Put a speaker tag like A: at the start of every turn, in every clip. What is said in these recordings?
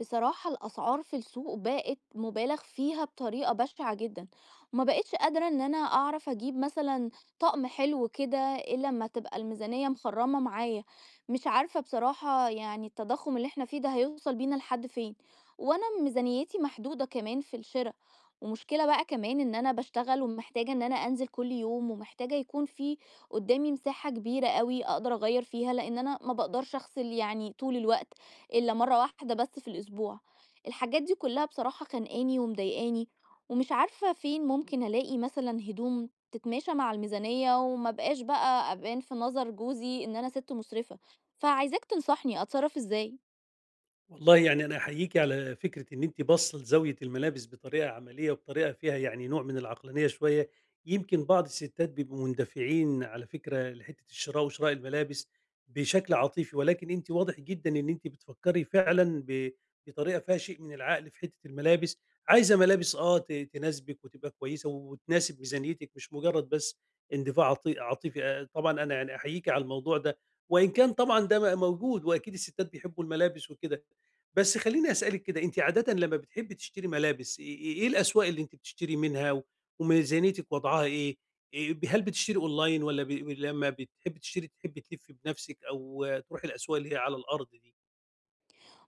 A: بصراحة الأسعار في السوق بقت مبالغ فيها بطريقة بشعة جدًا، وما بقيتش قادرة إن أنا أعرف أجيب مثلًا طقم حلو كده إلا أما تبقى الميزانية مخرّمة معايا، مش عارفة بصراحة يعني التضخُّم اللي إحنا فيه ده هيوصل بينا لحد فين، وأنا ميزانيتي محدودة كمان في الشِرا، ومشكلة بقى كمان إن أنا باشتغل ومحتاجة إن أنا أنزل كل يوم، ومحتاجة يكون في قدّامي مساحة كبيرة أوي أقدر أغيّر فيها، لإن أنا ما باقدرش أغسل يعني طول الوقت، إلا مرّة واحدة بس في الأسبوع. الحاجات دي كلّها بصراحة خانقاني ومضايقاني، ومش عارفة فين ممكن ألاقي مثلًا هدوم تتماشى مع الميزانية وما أبقاش بقى أبان في نظر جوزي إن أنا سِت مُسرفة، فعايزاك تنصحني أتصرّف إزاي؟
B: والله يعني أنا أحييكِ على فكرة إن أنتِ باصة لزاوية الملابس بطريقة عملية وبطريقة فيها يعني نوع من العقلانية شوية، يمكن بعض الستات بيبقوا مندفعين على فكرة لحتة الشراء وشراء الملابس بشكل عاطفي، ولكن أنتِ واضح جدًا إن أنتِ بتفكّري فعلًا بطريقة فيها شيء من العقل في حتة الملابس، عايزة ملابس آه ت تناسبِك وتبقى كويسة وتناسب ميزانيتِك مش مجرد بس اندفاع عاطفي. طبعًا أنا يعني أحييكِ على الموضوع ده، وإن كان طبعًا ده موجود وأكيد الستات بيحبوا الملابس وكده. بس خلّيني أسألِك كده، أنتِ عادةً لمّا بتحبّي تشتري ملابس، إيه الأسواق اللي أنتِ بتشتري منها وميزانيتِك وضعها إيه؟ ب هل بتشتري أونلاين والّا لمّا بتحبّي تحبّي تلفّي بنَفْسِك أو آه، تروحي الأسواق اللي هي على الأرض دي؟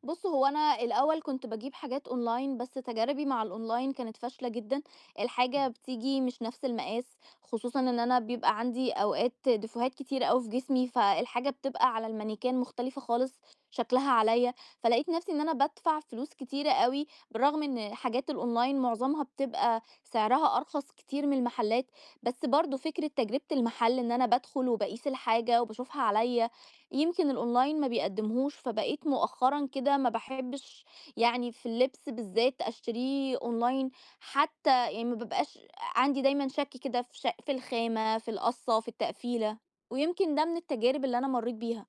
A: بُص، هو أنا الأول كنت باجيب حاجات online بس تجاربي مع الonline كانت فاشلة جدًا، الحاجة
B: إمم.
A: بتيجي مش نفس المقاس، خصوصًا إن أنا بيبقى عندي أوقات دفوهات كتيرة أوي في جسمي، فالحاجة بتبقى على المانيكان مختلفة خالص شكلها عليَّ، فلقيت نفسي إن أنا بادفع فلوس كتيرة أوي، بالرغم إن حاجات الonline معظمها بتبقى سعرها أرخص كتير من المحلات، بس برضه فكرة تجربة المحل إن أنا بادخل وباقيس الحاجة وباشوفها عليَّ يمكن الأونلاين ما بيقدّمهوش، فبقيت مؤخرًا كده ما باحبّش يعني في اللبس بالذات أشتريه أونلاين، حتى يعني ما بابقاش عندي دايمًا شَك كده في في الخامة، في القَصّة، في التقفيلة، ويمكن ده من التجارب اللي أنا مرّيت بيها.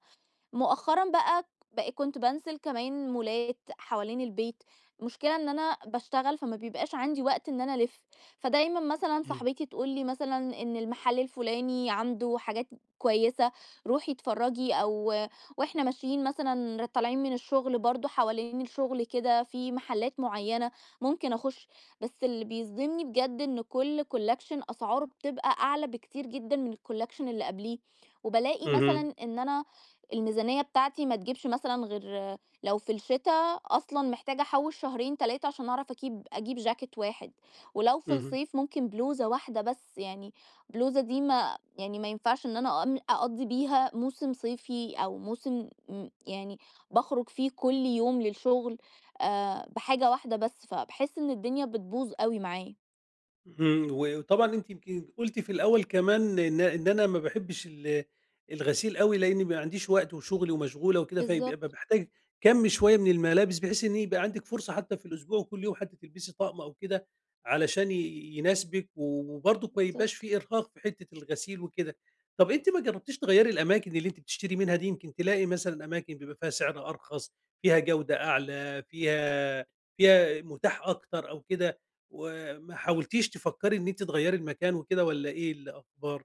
A: مؤخرًا بقى كنت بانزل كمان مولات حوالين البيت، المشكلة إن أنا باشتغل فما بيبقاش عندي وقت إن أنا ألِف، فدايمًا مثلًا
B: إمم.
A: صاحبتي تقول لي مثلًا إن المحل الفلاني عنده حاجات كويسة، روحي اتفرّجي أو وإحنا ماشيين مثلًا طالعين من الشغل برضه حوالين الشغل كده في محلات معيّنة ممكن أخُش، بس اللي بيصدمني بجد إن كل collection أسعاره بتبقى أعلى بكتير جدًا من الcollection اللي قبليه، وبالاقي
B: اهم.
A: مثلًا إن أنا الميزانية بتاعتي ما تجيبش مثلًا غير لو في الشتا أصلًا محتاجة أحوّش شهرين 3 عشان أعرف أكيب أجيب جاكيت واحد، ولو في
B: اهم.
A: الصيف ممكن بلوزة واحدة بس، يعني بلوزة دي ما يعني ما ينفعش إن أنا أم أقضّي بيها موسم صيفي أو موسم يعني باخرج فيه كل يوم للشغل بحاجة واحدة بس، فباحس إن الدنيا بتبوظ أوي معايا.
B: إمم، وطبعًا أنتِ يمكن قُلتِ في الأول كمان إن أنا ما باحبش الغسيل أوي لإني ما عنديش وقت وشغلي ومشغولة وكده، فيبقى
A: بالضبط،
B: باحتاج كَم شوية من الملابس بحيث إن يبقى عندِك فرصة حتى في الأسبوع وكل يوم حتى تلبسي طقم أو كده علشان يناسبِك وبرضك ما يبقاش
A: بالضبط.
B: في إرهاق في حتة الغسيل وكده. طَب أنتِ ما جرّبتيش تغيّري الأماكن اللي أنتِ بتشتري منها دي؟ يمكن تلاقي مثلًا أماكن بيبقى فيها سعر أرخص، فيها جودة أعلى، فيها متاح أكتر أو كده. وما حاولتيش تفكّري إن أنتِ تغيّري المكان وكده والّا إيه الأخبار؟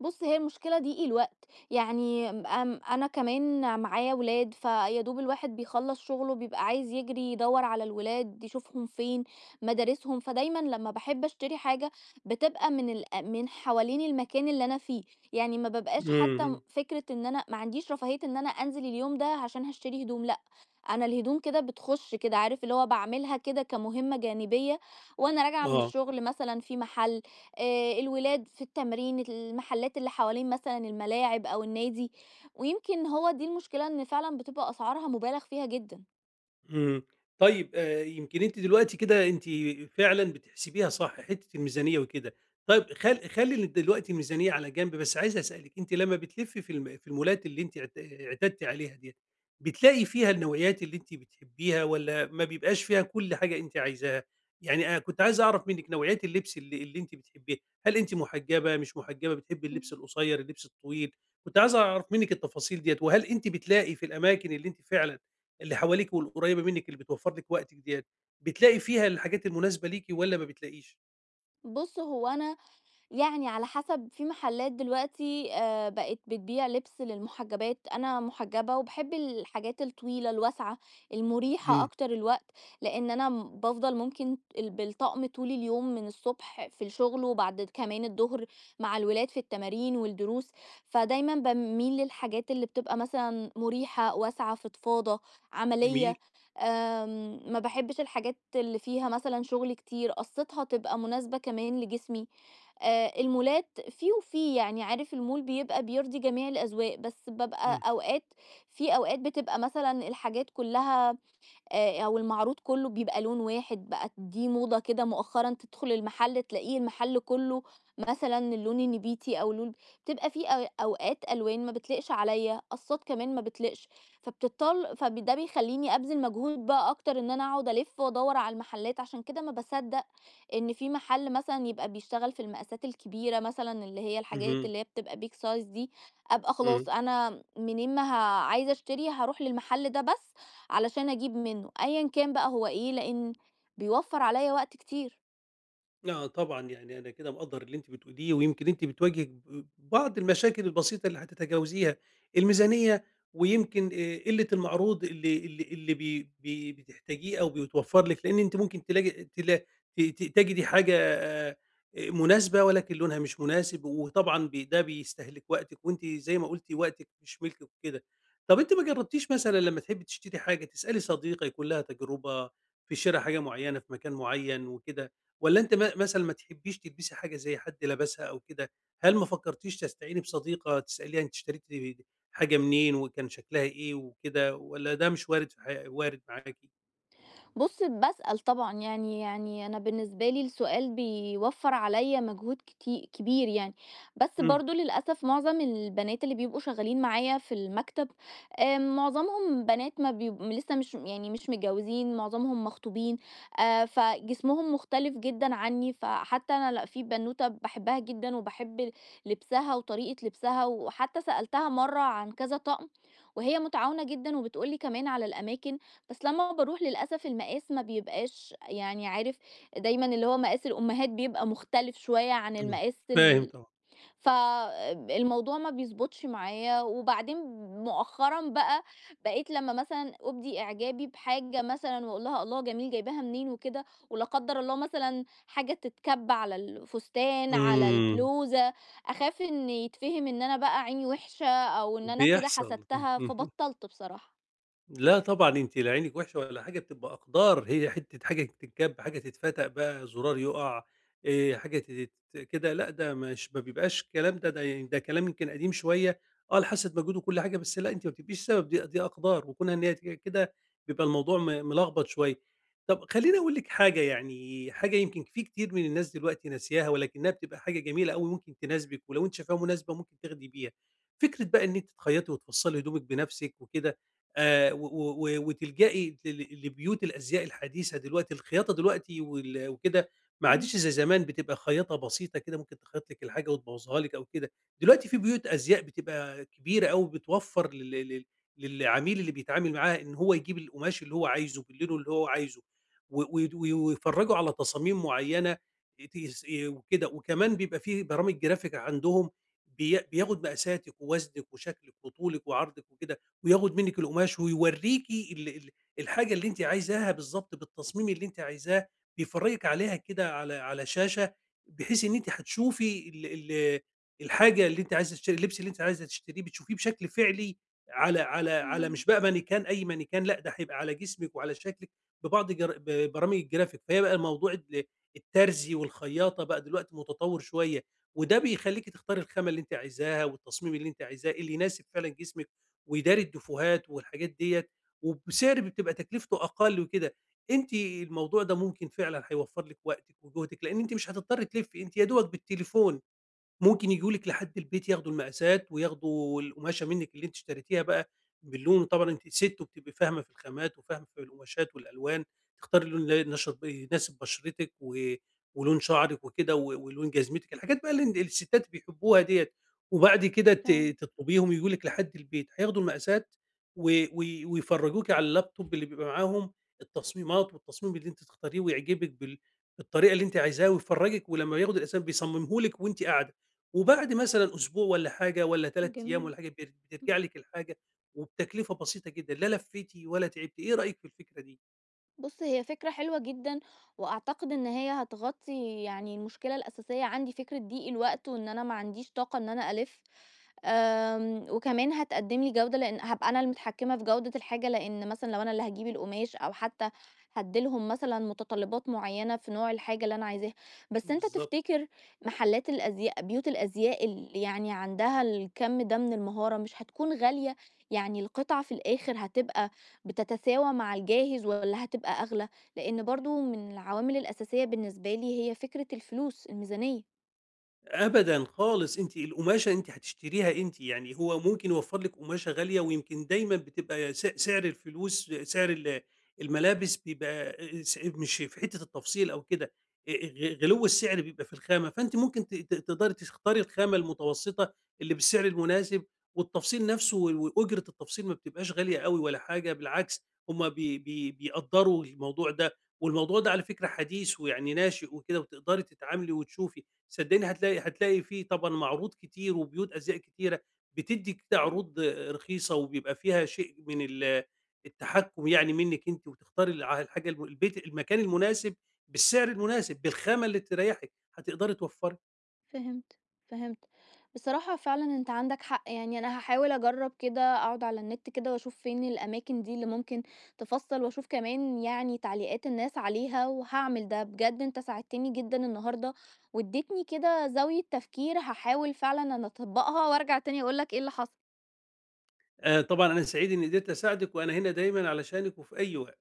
A: بُص، هي المشكلة دي الوقت، يعني أنا كمان معايا ولاد، فيا دوب الواحد بيخلّص شغله بيبقى عايز يجري يدوّر على الولاد، يشوفهم فين، مدارسهم، فدايمًا لمّا باحب أشتري حاجة بتبقى من ال من حوالين المكان اللي أنا فيه، يعني ما بابقاش حتى
B: إمم.
A: فكرة إن أنا ما عنديش رفاهية إن أنا أنزل اليوم ده عشان هاشتري هدوم، لأ، أنا الهدوم كده بتخُش كده، عارف اللي هو باعملها كده كمهمة جانبية وأنا راجعة من
B: آه.
A: الشغل مثلًا في محل الولاد في التمرين، المحلات اللي حوالين مثلًا الملاعب أو النادي، ويمكن هو دي المشكلة إن فعلًا بتبقى أسعارها مُبالغ فيها جدًا.
B: إمم. طيب يمكن أنتِ دلوقتي كده أنتِ فعلًا بتحسبيها صح، حتّة الميزانية وكده. طيب خلّي دلوقتي الميزانية على جنب، بس عايز أسألِك، أنتِ لمّا بتلفّي في المولات اللي أنتِ اعتدتِ عليها ديّة، بتلاقي فيها النوعيات اللي أنتِ بتحبّيها والّا ما بيبقاش فيها كل حاجة أنتِ عايزاها؟ يعني أنا كنت عايز أعرف منِّك نوعيات اللبس اللي أنتِ بتحبّيها، هل أنتِ محجّبة، مش محجّبة، بتحبّي
A: مم.
B: اللبس القصيّر، اللبس الطويل؟ كنت عايز أعرف منِّك التفاصيل ديّة، وهل أنتِ بتلاقي في الأماكن اللي أنتِ فعلًا اللي حواليكِ والقريبة منِّك اللي بتوفّر لِك وقتِك ديّة، بتلاقي فيها الحاجات المناسبة ليكِ والّا ما بتلاقيش؟
A: بُص هو أنا يعني على حسب في محلات دلوقتي آه، بقت بتبيع لبس للمحجبات، انا محجبة وبحب الحاجات الطويلة الواسعة المريحة
B: إمم.
A: اكتر الوقت، لان انا بفضل ممكن بالطقم طول اليوم من الصبح في الشغل وبعد كمان الظهر مع الولاد في التمارين والدروس، فدايما بميل للحاجات اللي بتبقى مثلا مريحة واسعة فضفاضة
B: جميل.
A: عملية. ما بحبش الحاجات اللي فيها مثلا شغل كتير، قصتها تبقى مناسبة كمان لجسمي. المولات في وفي، يعني عارف المول بيبقى بيرضي جميع الأذواق، بس بابقى
B: إمم.
A: أوقات في أوقات بتبقى مثلًا الحاجات كلّها أو المعروض كُلّه بيبقى لون واحد، بقت دي موضة كده مؤخرًا تدخل المحل تلاقيه المحل كُلّه مثلًا اللون النبيتي أو لون بتبقى في أو أوقات ألوان ما بتليقش عليَّ، قصّات كمان ما بتليقش، فبتضطر فب ده بيخلّيني أبذل مجهود بقى أكتر إن أنا أقعد ألِف وأدوّر على المحلات، عشان كده ما باصدّق إن في محل مثلًا يبقى بيشتغل في المقاسات الكبيرة مثلًا اللي هي الحاجات
B: اهم.
A: اللي هي بتبقى big size دي، أبقى خلاص
B: إمم.
A: أنا منين ما ه عايزة أشتري هاروح للمحل ده بس علشان أجيب منه أيًا كان بقى هو إيه، لإن بيوفّر عليّا وقت كتير.
B: آه طبعًا، يعني أنا كده مقدّر اللي أنتِ بتقوليه، ويمكن أنتِ بتواجهي بعض المشاكل البسيطة اللي هتتجاوزيها، الميزانية ويمكن قلة المعروض اللي اللي اللي بي بي بتحتاجيه أو بيتوفّر لِك، لإن أنتِ ممكن تلاقي تلا ت ت تجدي حاجة مناسبة ولكن لونها مش مناسب، وطبعًا ده بيستهلك وقتِك، وأنتِ زي ما قلتِ وقتِك مش ملكِك وكده. طَب أنتِ ما جرّبتيش مثلًا لمّا تحبّي تشتري حاجة تسألي صديقة يكون لها تجربة في شِرا حاجة معيّنة في مكان معيّن وكده؟ والّا أنتِ مثلًا ما تحبّيش تلبسي حاجة زي حد لابسها أو كده، هل ما فكّرتيش تستعيني بصديقة تسأليها أنتِ اشتريتِ حاجة منين وكان شكلها إيه وكده، والّا ده مش وارد في حي وارد معاكِ؟
A: بُص، باسأل طبعًا يعني أنا بالنسبة لي السؤال بيوفّر عليّا مجهود كبير يعني، بس
B: إمم.
A: برضه للأسف معظم البنات اللي بيبقوا شغالين معايا في المكتب، معظمهم بنات ما بيب لسه مش يعني مش متجوزين، معظمهم مخطوبين، فجسمهم مختلف جدًا عني، فحتى أنا لأ في بنوتة باحبها جدًا وباحب لبسها وطريقة لبسها، وحتى سألتها مرّة عن كذا طقم، وهي متعاونة جدًا وبتقول لي كمان على الأماكن، بس لمّا باروح للأسف المقاس ما بيبقاش يعني عارف دايمًا اللي هو مقاس الأمهات بيبقى مختلف شوية عن
B: إمم.
A: المقاس
B: فاهم
A: ال
B: طبعًا.
A: فالموضوع ما بيضبطش معايا، وبعدين مؤخرًا بقى بقيت لمّا مثلًا أُبدي إعجابي بحاجة مثلًا وأقول لها الله جميل جايباها منين وكده، ولا قدّر الله مثلًا حاجة تتكَب على الفستان، على
B: إمم.
A: البلوزة، أخاف إن يتفهم إن أنا بقى عيني وحشة أو إن أنا كده
B: بيحصل.
A: حسدتها، فبطّلت بصراحة.
B: لأ طبعًا أنتِ لا عينِك وحشة ولا حاجة، بتبقى أقدار، هي حتّة حاجة تتكب، حاجة تتفتق بقى، زرار يُقع، حاجة تت كده لأ، ده مش ما بيبقاش الكلام ده، ده يعني ده كلام يمكن قديم شوية، آه الحاسة مجهود وكل حاجة، بس لأ أنتِ ما بتبقيش سبب، دي أقدار، وكونها إن هي كده بيبقى الموضوع ملخبط شوية. طَب خلّيني أقول لِك حاجة يعني، حاجة يمكن في كتير من الناس دلوقتي ناسياها، ولكنها بتبقى حاجة جميلة أوي ممكن تناسبِك، ولو أنتِ شايفاها مناسبة ممكن تاخدي بيها. فكرة بقى إن أنتِ تخيّطي وتفصّلي هدومِك بنفسِك وكده و و و وتلجئي لبيوت الأزياء الحديثة دلوقتي، الخياطة دلوقتي وكده ما
A: إمم.
B: عادتش زي زمان بتبقى خياطة بسيطة كده ممكن تخيط لِك الحاجة وتبوّظها لِك أو كده، دلوقتي في بيوت أزياء بتبقى كبيرة أوي بتوفّر لل لل للعميل اللي بيتعامل معاها إن هو يجيب القماش اللي هو عايزه بلونه اللي هو عايزه، و و ويفرّجوا على تصاميم معيّنة وكده، وكمان بيبقى في برامج graphic عندهم بياخد مقاساتِك ووزنِك وشكلِك وطولِك وعرضِك وكده. وياخد منِّك القماش ويورّيكِ ال ال الحاجة اللي أنتِ عايزاها بالضبط بالتصميم اللي أنتِ عايزاه، بيفرّجِك عليها كده على على شاشة، بحيث إن أنتِ هتشوفي ال ال الحاجة اللي أنتِ عايزة تشتري اللبس اللي أنتِ عايزة تشتريه بتشوفيه بشكل فعلي على على على
A: فاهماكِ،
B: مش بقى مانيكان أي مانيكان لأ، ده هيبقى على جسمِك وعلى شكلِك ببعض جر ب برامج الجرافيك، فهي بقى موضوع الترزي والخياطة بقى دلوقتي متطوّر شوية، وده بيخلّيكِ تختاري الخامة اللي أنتِ عايزاها والتصميم اللي أنتِ عايزاه، اللي يناسب فعلًا جسمِك ويداري الدفوهات والحاجات ديّة، وبسعر بتبقى تكلفته أقل وكده. أنتِ الموضوع ده ممكن فعلًا هيوفّر لِك وقتِك وجهدِك، لإن أنتِ مش هتضطري تلفّي، أنتِ يا دوبك بالتليفون ممكن ييجوا لِك لحد البيت ياخدوا المقاسات، وياخدوا القماشة منِّك اللي أنتِ اشتريتيها بقى باللون، وطبعًا أنتِ سِت وبتبقي فاهمة في الخامات وفاهمة في القماشات والألوان، تختاري اللون اللي ينشط يناسب بشرتِك ولون شعرِك وكده ولون جزمتِك، الحاجات بقى اللي ال الستات بيحبوها ديّة، وبعد كده
A: فاهمة.
B: تطلبيهم ييجوا لِك لحد البيت، هياخدوا المقاسات و و ويفرجوكِ على اللابتوب اللي بيبقى معاهم التصميمات، والتصميم اللي أنتِ تختاريه ويعجبِك بالطريقة اللي أنتِ عايزاها ويفرجِك، ولمّا بياخدوا الأقسام بيصممه لِك وأنتِ قاعدة. وبعد مثلًا أسبوع والّا حاجة والّا 3 أيام
A: جميل.
B: والّا حاجة بترجع
A: إمم.
B: لِك الحاجة وبتكلفة بسيطة جدًا، لا لفيتِ ولا تعبتِ، إيه رأيِك في الفكرة دي؟
A: بُص، هي فكرة حلوة جدًا، وأعتقد إن هي هتغطي يعني المشكلة الأساسية عندي، فكرة ضيق الوقت وإن أنا ما عنديش طاقة إن أنا ألِف، وكمان هتقدم لي جودة لإن هابقى أنا المتحكمة في جودة الحاجة، لإن مثلًا لو أنا اللي هاجيب القماش أو حتى هادّي لهم مثلًا متطلبات معينة في نوع الحاجة اللي أنا عايزاها. بس أنت
B: بالضبط.
A: تفتكر محلات الأزياء بيوت الأزياء اللي يعني عندها الكم ده من المهارة مش هتكون غالية؟ يعني القطعة في الآخر هتبقى بتتساوى مع الجاهز والّا هتبقى أغلى؟ لإن برضه من العوامل الأساسية بالنسبة لي هي فكرة الفلوس، الميزانية.
B: أبدًا خالص، أنتِ القماشة أنتِ هتشتريها أنتِ، يعني هو ممكن يوفّر لِك قماشة غالية ويمكن دايمًا بتبقى سعر الفلوس سعر الملابس بيبقى مش في حتّة التفصيل أو كده، غ غلو السعر بيبقى في الخامة، فأنتِ ممكن ت ت تقدري تختاري الخامة المتوسطة اللي بالسعر المناسب، والتفصيل نفسه وأجرة التفصيل ما بتبقاش غالية أوي ولا حاجة، بالعكس هُم بي بي بيقدّروا الموضوع ده، والموضوع ده على فكرة حديث ويعني ناشئ وكده، وتقدري تتعاملي وتشوفي. صدّقني هتلاقي فيه طبعًا معروض كتير وبيوت أزياء كتيرة، بتدّي كده
A: إمم.
B: عروض رخيصة وبيبقى فيها شيء من التحكُّم يعني منِّك أنتِ وتختاري الع الحاجة الم البيت المكان المناسب بالسعر المناسب، بالخامة اللي تريّحِك، هتقدري توفّري.
A: فهمت، فهمت. بصراحة فعلًا أنت عندك حق، يعني أنا هاحاول أجرّب كده، أقعد على النت كده وأشوف فين الأماكن دي اللي ممكن تفصّل وأشوف كمان يعني تعليقات الناس عليها وهاعمل ده. بجد أنت ساعدتني جدًا النهارده وادّيتني كده زاوية تفكير هاحاول فعلًا أنا أطبّقها وأرجع تاني أقول لك إيه اللي حصل.
B: طبعًا أنا سعيد إنّي قدرت أساعدِك وأنا هنا دايمًا علشانِك وفي أي وقت.